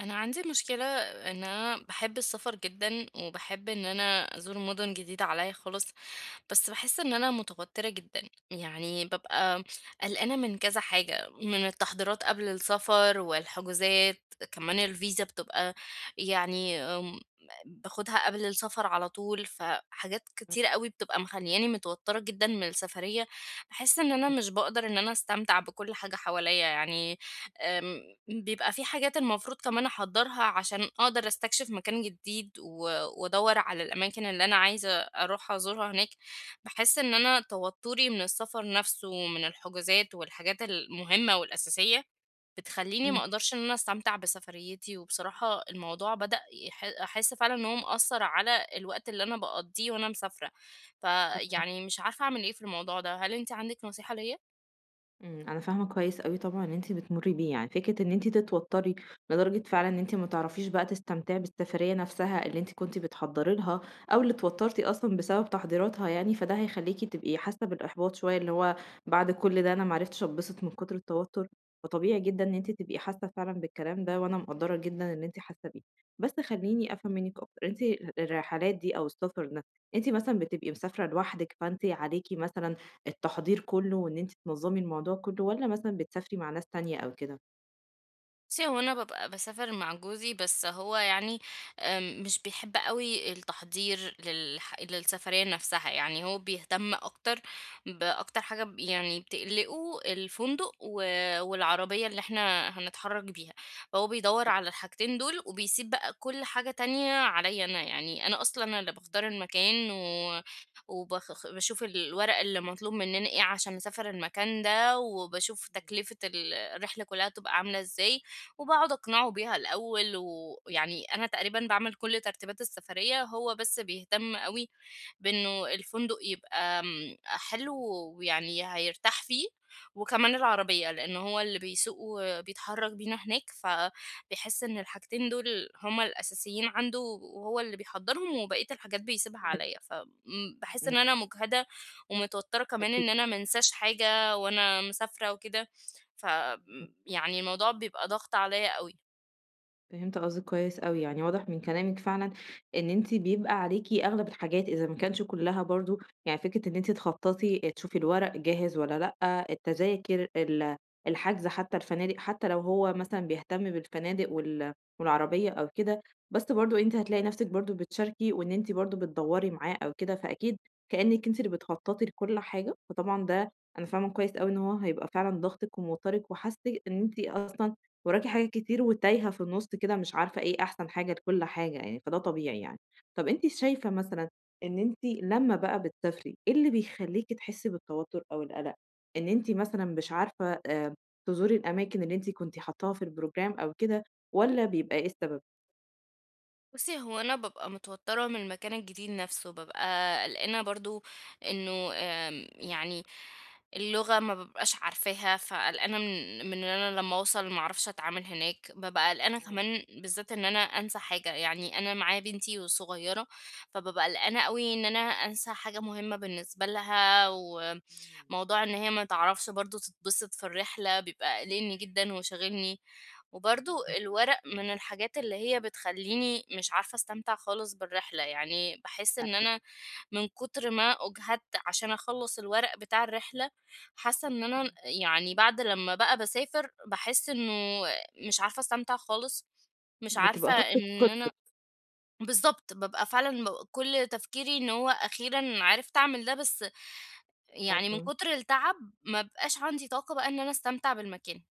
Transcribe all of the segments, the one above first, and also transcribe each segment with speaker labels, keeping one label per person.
Speaker 1: أنا عندي مشكلة إن أنا باحب السفر جدًا، وباحب إن أنا أزور مدن جديدة عليّا خالص. بس باحس إن أنا متوترة جدًا، يعني بابقى قلقانة من كذا حاجة، من التحضيرات قبل السفر والحجوزات، كمان الفيزا بتبقى يعني باخدها قبل السفر على طول، فحاجات كتيرة أوي بتبقى مخلّياني متوترة جدًا من السفرية، باحس إن أنا مش باقدر إن أنا أستمتع بكل حاجة حواليّا يعني، آمم بيبقى في حاجات المفروض كمان أحضّرها عشان أقدر أستكشف مكان جديد و وأدوّر على الأماكن اللي أنا عايزة أروح أزورها هناك. باحس إن أنا توتُّري من السفر نفسه ومن الحجوزات والحاجات المهمة والأساسية، بتخلّيني ما
Speaker 2: إمم،
Speaker 1: أقدرش إن أنا أستمتع بسفريتي، وبصراحة الموضوع بدأ أحس فعلًا إن هو مأثّر على الوقت اللي أنا باقضّيه وأنا مسافرة،
Speaker 2: فاهماكِ.
Speaker 1: فيعني مش عارفة أعمل إيه في الموضوع ده، هل أنتِ عندِك نصيحة ليّا؟
Speaker 2: أنا فاهمة كويس أوي طبعًا اللي أنتِ بتمُرّي بيه، يعني فكرة إن أنتِ تتوتّري لدرجة فعلًا إن أنتِ ما تعرفيش بقى تستمتعي بالسفرية نفسها اللي أنتِ كنتِ بتحضّري لها، أو اللي اتوتّرتِ أصلًا بسبب تحضيراتها يعني، فده هيخلّيكِ تبقي حاسة بالإحباط شوية، اللي هو بعد كل ده أنا ما عرفتش أتبسط من كتر التوتّر، فطبيعي جدًا إن أنتِ تبقي حاسة فعلًا بالكلام ده، وأنا مقدّرة جدًا اللي أنتِ حاسة بيه. بس خلّيني أفهم منِّك أكتر، أنتِ الرحلات دي أو السفر ده، أنتِ مثلًا بتبقي مسافرة لوحدِك، فأنتِ عليكِ مثلًا التحضير كله وإن أنتِ تنظّمي الموضوع كله، والّا مثلًا بتسافري مع ناس تانية أو كده؟
Speaker 1: بُصّي، هو أنا بابقى باسافر مع جوزي، بس هو يعني مش بيحب أوي التحضير للسفرية نفسها، يعني هو بيهتم أكتر بأكتر حاجة يعني بتقلقه الفندق و والعربية اللي إحنا هنتحرّك بيها، فهو بيدوّر
Speaker 2: طيب.
Speaker 1: على الحاجتين دول وبيسيب بقى كل حاجة تانية عليّا أنا، يعني أنا أصلًا اللي
Speaker 2: إمم،
Speaker 1: باختار المكان و باشوف الورق اللي مطلوب مننا إيه عشان نسافر المكان ده، وباشوف
Speaker 2: إمم،
Speaker 1: تكلفة الرحلة كلّها هتبقى عاملة إزاي. وباقعد أقنعه بيها الأول، ويعني أنا تقريبًا باعمل كل ترتيبات السفرية، هو بس بيهتم أوي بإنه الفندق يبقى حلو ويعني هيرتاح فيه، وكمان العربية، لإن هو اللي بيسوق وبيتحرك بينا هناك، فبيحس إن الحاجتين دول هُم الأساسيين عنده، وهو اللي بيحضّرهم وبقية الحاجات بيسيبها
Speaker 2: فهمت.
Speaker 1: عليّا، ف
Speaker 2: إمم،
Speaker 1: باحس إن
Speaker 2: إمم.
Speaker 1: أنا مُجهدة ومتوترة كمان إن
Speaker 2: أكيد.
Speaker 1: أنا ما انساش حاجة وأنا مسافرة وكده. ف م يعني الموضوع بيبقى ضاغط عليَّ أوي.
Speaker 2: فهمت قصدِك كويس أوي، يعني واضح من كلامِك فعلًا إن أنتِ بيبقى عليكِ أغلب الحاجات إذا ما كانش كلها برضه، يعني فكرة إن أنتِ تخططي تشوفي الورق جاهز والّا لأ، التذاكر، الحجز حتى الفنادق، حتى لو هو مثلًا بيهتم بالفنادق والعربية أو كده، بس برضه أنتِ هتلاقي نفسِك برضه بتشاركي وإن أنتِ برضه بتدوّري معاه أو كده، فأكيد كإنِك أنتِ اللي بتخططي لكل حاجة، فطبعًا ده أنا فاهمة كويس أوي إن هو هيبقى فعلًا ضاغطِك وموترِك، وحاسة إن أنتِ أصلًا وراكِ حاجات كتير وتايهة في النُص كده، مش عارفة إيه أحسن حاجة لكل حاجة يعني، فده طبيعي يعني. طَب أنتِ شايفة مثلًا إن أنتِ لمّا بقى بتسافري، إيه اللي بيخلّيكِ تحسّي بالتوتُّر أو القَلَق؟ إن أنتِ مثلًا مش عارفة تزوري الأماكن اللي أنتِ كنتِ حاطّاها في الprogram أو كده، والّا بيبقى إيه السبب؟
Speaker 1: بُصّي، هو أنا بابقى متوتّرة من المكان الجديد نَفْسه، بابقى قلقانة برضه إنه آمم يعني اللغة ما بابقاش عارفاها، فقلقانة من إن أنا لمّا أوصل ما أعرفش أتعامل هناك، بابقى قلقانة
Speaker 2: آه.
Speaker 1: كمان بالذات إن أنا أنسى حاجة، يعني أنا معايا بنتي وصغيّرة، فبابقى قلقانة أوي إن أنا أنسى حاجة مهمة بالنسبة لها،
Speaker 2: إمم.
Speaker 1: وموضوع إن هي ما تعرفش برضه تتبسط في الرحلة بيبقى قالقني جدًا وشاغلني. وبرضه
Speaker 2: إمم.
Speaker 1: الورق من الحاجات اللي هي بتخلّيني مش عارفة أستمتع خالص بالرحلة، يعني باحس إن
Speaker 2: أيوه.
Speaker 1: أنا من كتر ما أُجهدت عشان أخلّص الورق بتاع الرحلة، حاسة إن أنا
Speaker 2: إمم.
Speaker 1: يعني بعد لمّا بقى باسافر باحس إنه مش عارفة أستمتع خالص، مش عارفة
Speaker 2: بتبقى طاقتِك
Speaker 1: إن أنا
Speaker 2: خلصت.
Speaker 1: بالضبط، بابقى فعلًا كل تفكيري إن هو أخيرًا عرفت أعمل ده، بس يعني من
Speaker 2: أيوه.
Speaker 1: كتر التعب ما بقاش عندي طاقة بقى إن أنا أستمتع بالمكان.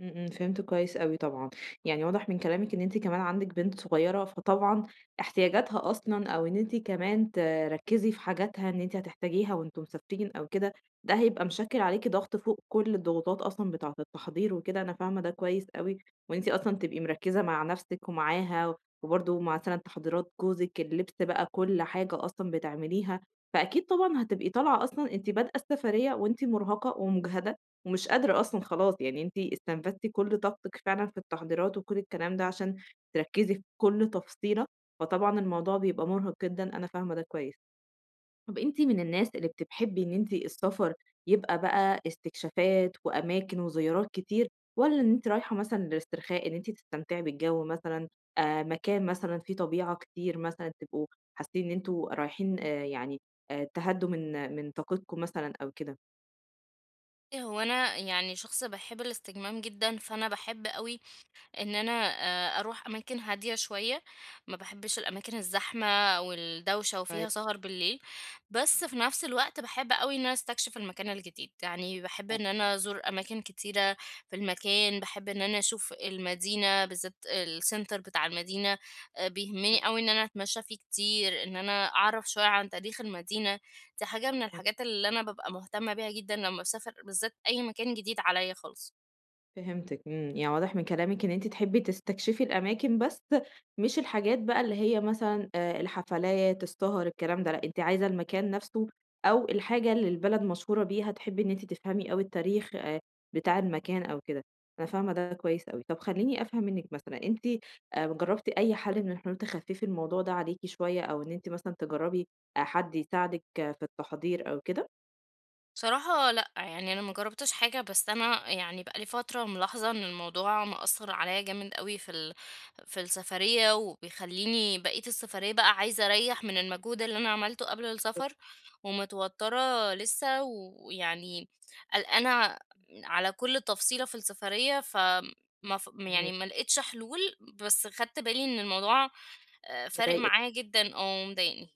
Speaker 2: إمم، إمم، فهمت كويس أوي طبعًا، يعني واضح من كلامِك إن أنتِ كمان عندِك بنت صغيّرة، فطبعًا احتياجاتها أصلًا، أو إن أنتِ كمان تركّزي في حاجاتها إن أنتِ هتحتاجيها وأنتم مسافرين أو كده، ده هيبقى مشكّل عليكِ ضغط فوق كل الضغوطات أصلًا بتاعة التحضير وكده، أنا فاهمة ده كويس أوي، وإن أنتِ أصلًا تبقي مركّزة مع نَفْسِك ومعاها، وبرضه مع مثلًا تحضيرات جوزِك، اللبس بقى، كل حاجة أصلًا بتعمليها، فأكيد طبعًا هتبقي طالعة أصلًا أنتِ بادئة السفرية وأنتِ مرهقة ومُجهدة ومش قادرة أصلًا خلاص، يعني أنتِ استنفذتِ كل طاقتِك فعلًا في التحضيرات وكل الكلام ده عشان تركّزي في كل تفصيلة، فطبعًا الموضوع بيبقى مرهق جدًا، أنا فاهمة ده كويس. طَب أنتِ من الناس اللي بتحبي إن أنتِ السفر يبقى بقى استكشافات وأماكن وزيارات كتير، والّا إن أنتِ رايحة مثلًا للاسترخاء، إن أنتِ تستمتعي بالجو مثلًا، مكان مثلًا فيه طبيعة كتير، مثلًا تبقوا حاسين إن أنتم رايحين يعني تهدّوا من طاقتكم مثلًا أو كده؟
Speaker 1: هو أنا يعني شخص باحب الاستجمام جدًا، فأنا باحب أوي إن أنا أروح أماكن هادية شوية، ما باحبش الأماكن الزحمة والدوشة وفيها
Speaker 2: كويس،
Speaker 1: سهر بالليل، بس
Speaker 2: إمم.
Speaker 1: في نفس الوقت باحب أوي إن أنا أستكشف المكان الجديد، يعني باحب إن أنا
Speaker 2: أيوه،
Speaker 1: أزور أماكن كتيرة في المكان، باحب إن أنا أشوف المدينة بالذات الcenter بتاع المدينة، بيهمني
Speaker 2: حلو
Speaker 1: أوي إن
Speaker 2: أوي.
Speaker 1: أنا أتمشى فيه كتير، إن أنا أعرف شوية عن تاريخ المدينة، دي حاجة من
Speaker 2: إمم،
Speaker 1: الحاجات اللي أنا بابقى مهتمة بيها جدًا لمّا باسافر بالذات أي مكان جديد عليّا خالص.
Speaker 2: فهمتِك، إمم، يعني واضح من كلامِك إن أنتِ تحبي تستكشفي الأماكن، بس مش الحاجات بقى اللي هي مثلًا الحفلات، السهر، الكلام ده، لأ أنتِ عايزة المكان نفسه أو الحاجة اللي البلد مشهورة بيها، تحبي إن أنتِ تفهمي أوي التاريخ بتاع المكان أو كده، أنا فاهمة ده كويس أوي. طب خلّيني أفهم منِّك مثلًا، أنتِ جربتِ أي حل من الحلول تخففي الموضوع ده عليكِ شوية، أو إن أنتِ مثلًا تجربي حد يساعدك، آه، في التحضير أو كده؟
Speaker 1: بصراحة لأ، يعني أنا ما جرّبتش حاجة، بس أنا يعني بقى لي فترة ملاحظة إن الموضوع مأثّر عليّا جامد أوي في السفرية، وبيخلّيني بقية السفرية بقى عايزة أريّح من المجهود اللي أنا عملته قبل
Speaker 2: بالضبط.
Speaker 1: السفر، ومتوتّرة لسه، ويعني قلقانة على كل تفصيلة في السفرية، ف ما ف يعني
Speaker 2: فاهماكِ،
Speaker 1: ما لقيتش حلول، بس خدت
Speaker 2: إمم،
Speaker 1: بالي إن الموضوع فارق
Speaker 2: مضايقِك.
Speaker 1: معايا جدًا، آه، ومضايقني.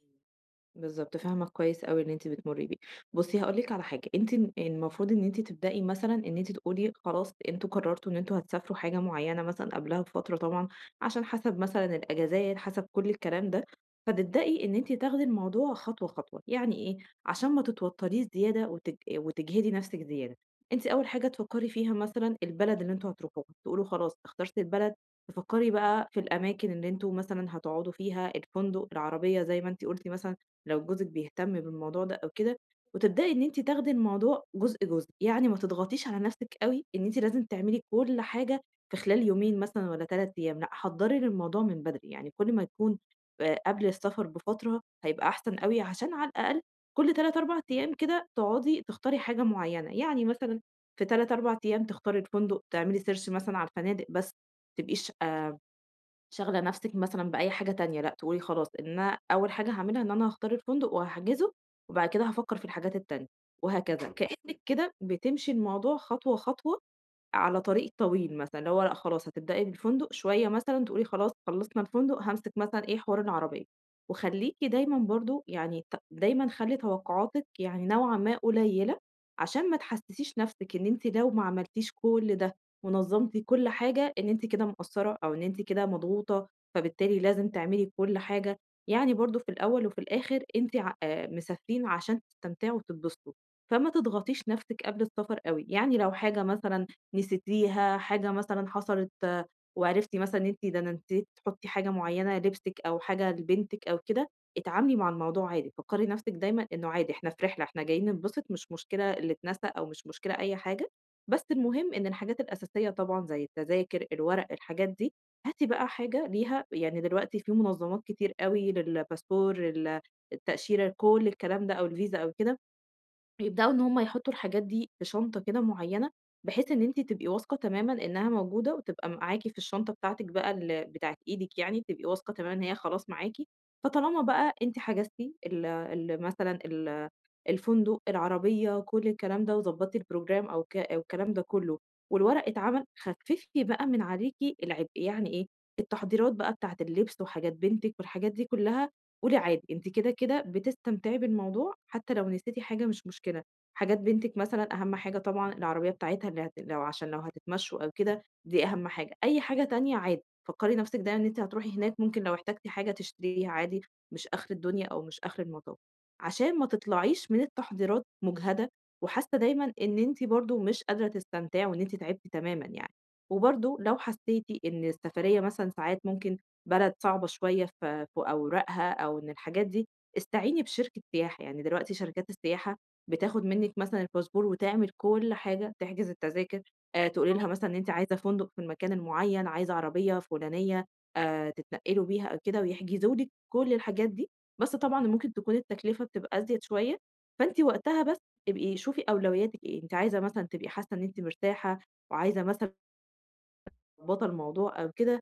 Speaker 2: بالضبط، فاهمة كويس أوي اللي أنتِ بتمُرّي بيه. بُصّي هاقول لِك على حاجة، أنتِ المفروض إن أنتِ تبدئي مثلًا إن أنتِ تقولي خلاص أنتم قررتوا إن أنتم هتسافروا حاجة معيّنة مثلًا قبلها بفترة طبعًا، عشان حسب مثلًا الأجازات، حسب كل الكلام ده، فتبدئي إن أنتِ تاخدي الموضوع خطوة، خطوة. يعني إيه، عشان ما تتوتّريش زيادة وتجهدي نَفْسِك زيادة، أنتِ أول حاجة تفكّري فيها مثلًا البلد اللي أنتم هتروحوها، تقولوا خلاص اخترت البلد، تفكّري بقى في الأماكن اللي أنتم مثلًا هتقعدوا فيها، الفندق، العربية زي ما أنتِ قُلتِ مثلًا، لو جوزِك بيهتم بالموضوع ده أو كده، وتبدئي إن أنتِ تاخدي الموضوع جزء، جزء، يعني ما تضغطيش على نَفْسِك أوي إن أنتِ لازم تعملي كل حاجة في خلال يومين مثلًا والّا 3 أيام، لأ حضّري للموضوع من بدري، يعني كل ما يكون قبل السفر بفترة هيبقى أحسن أوي، عشان على الأقل كل 3، 4 أيام كده تقعدي تختاري حاجة معيّنة، يعني مثلًا في 3، 4 أيام تختاري الفندق، تعملي search مثلًا على الفنادق بس. تبقيش شاغلة نفسِك مثلًا بأي حاجة تانية، لأ تقولي خلاص إن أنا أول حاجة هاعملها إن أنا هاختار الفندق وهاحجزه، وبعد كده هافكّر في الحاجات التانية، وهكذا. كإنِّك كده بتمشي الموضوع خطوة، خطوة على طريق طويل مثلًا، اللي هو لأ خلاص هتبدئي بالفندق شوية، مثلًا تقولي خلاص خلّصنا الفندق هامسك مثلًا إيه حوار العربية، وخلّيكِ دايمًا برضه يعني دايمًا خلّي توقعاتِك يعني نوعًا ما قليلة، عشان ما تحسسيش نفسِك إن أنتِ لو ما عملتيش كل ده ونظمتِ كل حاجة إن أنتِ كده مقصرة أو إن أنتِ كده مضغوطة، فبالتالي لازم تعملي كل حاجة، يعني برضه في الأول وفي الآخر أنتِ ع مسافرين عشان تستمتعوا وتتبسطوا، فما تضغطيش نفسِك قبل السفر أوي، يعني لو حاجة مثلًا نسيتيها، حاجة مثلًا حصلت وعرفتِ مثلًا إن أنتِ ده أنا نسيت تحطّي حاجة معيّنة لبسِك أو حاجة لبنتِك أو كده، اتعاملي مع الموضوع عادي، فكّري نَفْسِك دايمًا إنه عادي إحنا في رحلة، إحنا جايين نتبسط، مش مشكلة اللي اتنسى أو مش مشكلة أي حاجة، بس المهم إن الحاجات الأساسية طبعًا زي التذاكر، الورق، الحاجات دي، هاتي بقى حاجة ليها، يعني دلوقتي في منظمات كتير أوي للباسبور، التأشيرة، كل الكلام ده أو الفيزا أو كده، يبدأوا إن هم يحطوا الحاجات دي في شنطة كده معينة، بحيث إن أنتِ تبقي واثقة تمامًا إنها موجودة، وتبقى معاكِ في الشنطة بتاعتِك بقى بتاعة إيدِك يعني، بتبقي واثقة تمامًا إن هي خلاص معاكِ، فطالما بقى أنتِ حجزتِ ال ال مثلًا ال الفندق، العربية، كل الكلام ده، وضبطتِ الprogram أو الكلام ده كله، والورق اتعمل، خففي بقى من عليكِ العبء، يعني إيه؟ التحضيرات بقى بتاعة اللبس وحاجات بنتِك والحاجات دي كلها قولي عادي، أنتِ كده، كده بتستمتعي بالموضوع حتى لو نسيتِ حاجة مش مشكلة، حاجات بنتِك مثلًا أهم حاجة، طبعًا العربية بتاعتها اللي هت لو، عشان لو هتتمشوا أو كده دي أهم حاجة، أي حاجة تانية عادي، فكّري نَفْسِك دايمًا إن أنتِ هتروحي هناك ممكن لو احتجتِ حاجة تشتريها عادي، مش آخر الدنيا أو مش آخر المطاف، عشان ما تطلعيش من التحضيرات مُجهدة وحاسة دايمًا إن أنتِ برضه مش قادرة تستمتعي وإن أنتِ تعبتِ تمامًا يعني، وبرضه لو حسيتِ إن السفرية مثلًا ساعات ممكن بلد صعبة شوية في أوراقها أو إن الحاجات دي، استعيني بشركة سياحة، يعني دلوقتي شركات السياحة بتاخد منِّك مثلًا الباسبور وتعمل كل حاجة، تحجز التذاكر، تقولي لها مثلًا إن أنتِ عايزة فندق في المكان المعيّن، عايزة عربية فلانية تتنقلوا بيها أو كده ويحجزوا لِك كل الحاجات دي، بس طبعًا ممكن تكون التكلفة بتبقى أزيد شوية، فأنتِ وقتها بس ابقي شوفي أولوياتِك إيه، أنتِ عايزة مثلًا تبقي حاسة إن أنتِ مرتاحة وعايزة مثلًا تظبطي الموضوع أو كده،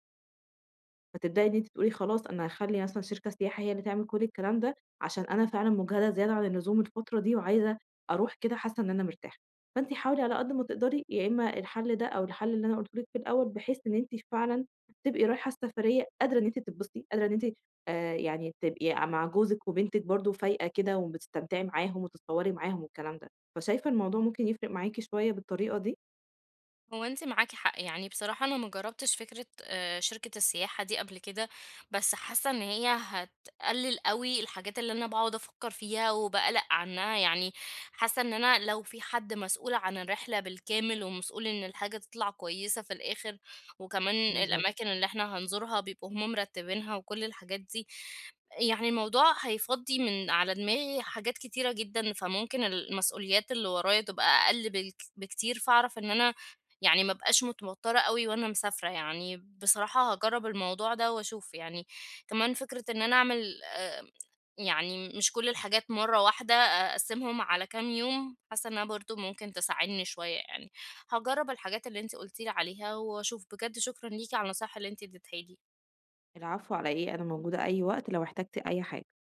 Speaker 2: فتبدئي إن أنتِ تقولي خلاص أنا هاخلّي مثلًا شركة سياحة هي اللي تعمل كل الكلام ده، عشان أنا فعلًا مُجهدة زيادة عن اللزوم الفترة دي، وعايزة أروح كده حاسة إن أنا مرتاحة. فأنتِ حاولي على قد ما تقدري يا إما الحل ده أو الحل اللي أنا قُلته لِك في الأول، بحيث إن أنتِ فعلًا تبقي رايحة السفرية قادرة إن أنتِ تتبسطي، قادرة إن أنتِ يعني تبقي مع جوزِك وبنتِك برضه فايقة كده وبتستمتعي معاهم وتتصوّري معاهم والكلام ده. فشايفة الموضوع ممكن يفرق معاكِ شوية بالطريقة دي؟
Speaker 1: هو أنتِ معاكِ حق، يعني بصراحة أنا ما جرّبتش فكرة شركة السياحة دي قبل كده، بس حاسة إن هي هتقلل أوي الحاجات اللي أنا باقعد أفكّر فيها وباقلق عنها، يعني حاسة إن أنا لو في حد مسؤول عن الرحلة بالكامل ومسؤول إن الحاجة تطلع كويسة في الآخر، وكمان
Speaker 2: بالضبط.
Speaker 1: الأماكن اللي إحنا هنزورها بيبقوا هُم مرتّبينها وكل الحاجات دي، يعني الموضوع هيفضّي من على دماغي حاجات كتيرة جدًا، فممكن المسؤوليات اللي ورايا تبقى أقل بالك بكتير، فأعرف إن أنا يعني ما ابقاش متوترة أوي وأنا مسافرة، يعني بصراحة هاجرّب الموضوع ده وأشوف يعني، كمان فكرة إن أنا أعمل يعني مش كل الحاجات مرّة واحدة، آه، أقسّمهم على كام يوم، حاسة إنها برضه ممكن تساعدني شوية يعني، هاجرّب الحاجات اللي أنتِ قُلتِ لي عليها وأشوف، بجد شكرًا ليكِ على النصايح اللي أنتِ اديتيها لي.
Speaker 2: العفو على إيه، أنا موجودة أي وقت لو احتجتِ أي حاجة.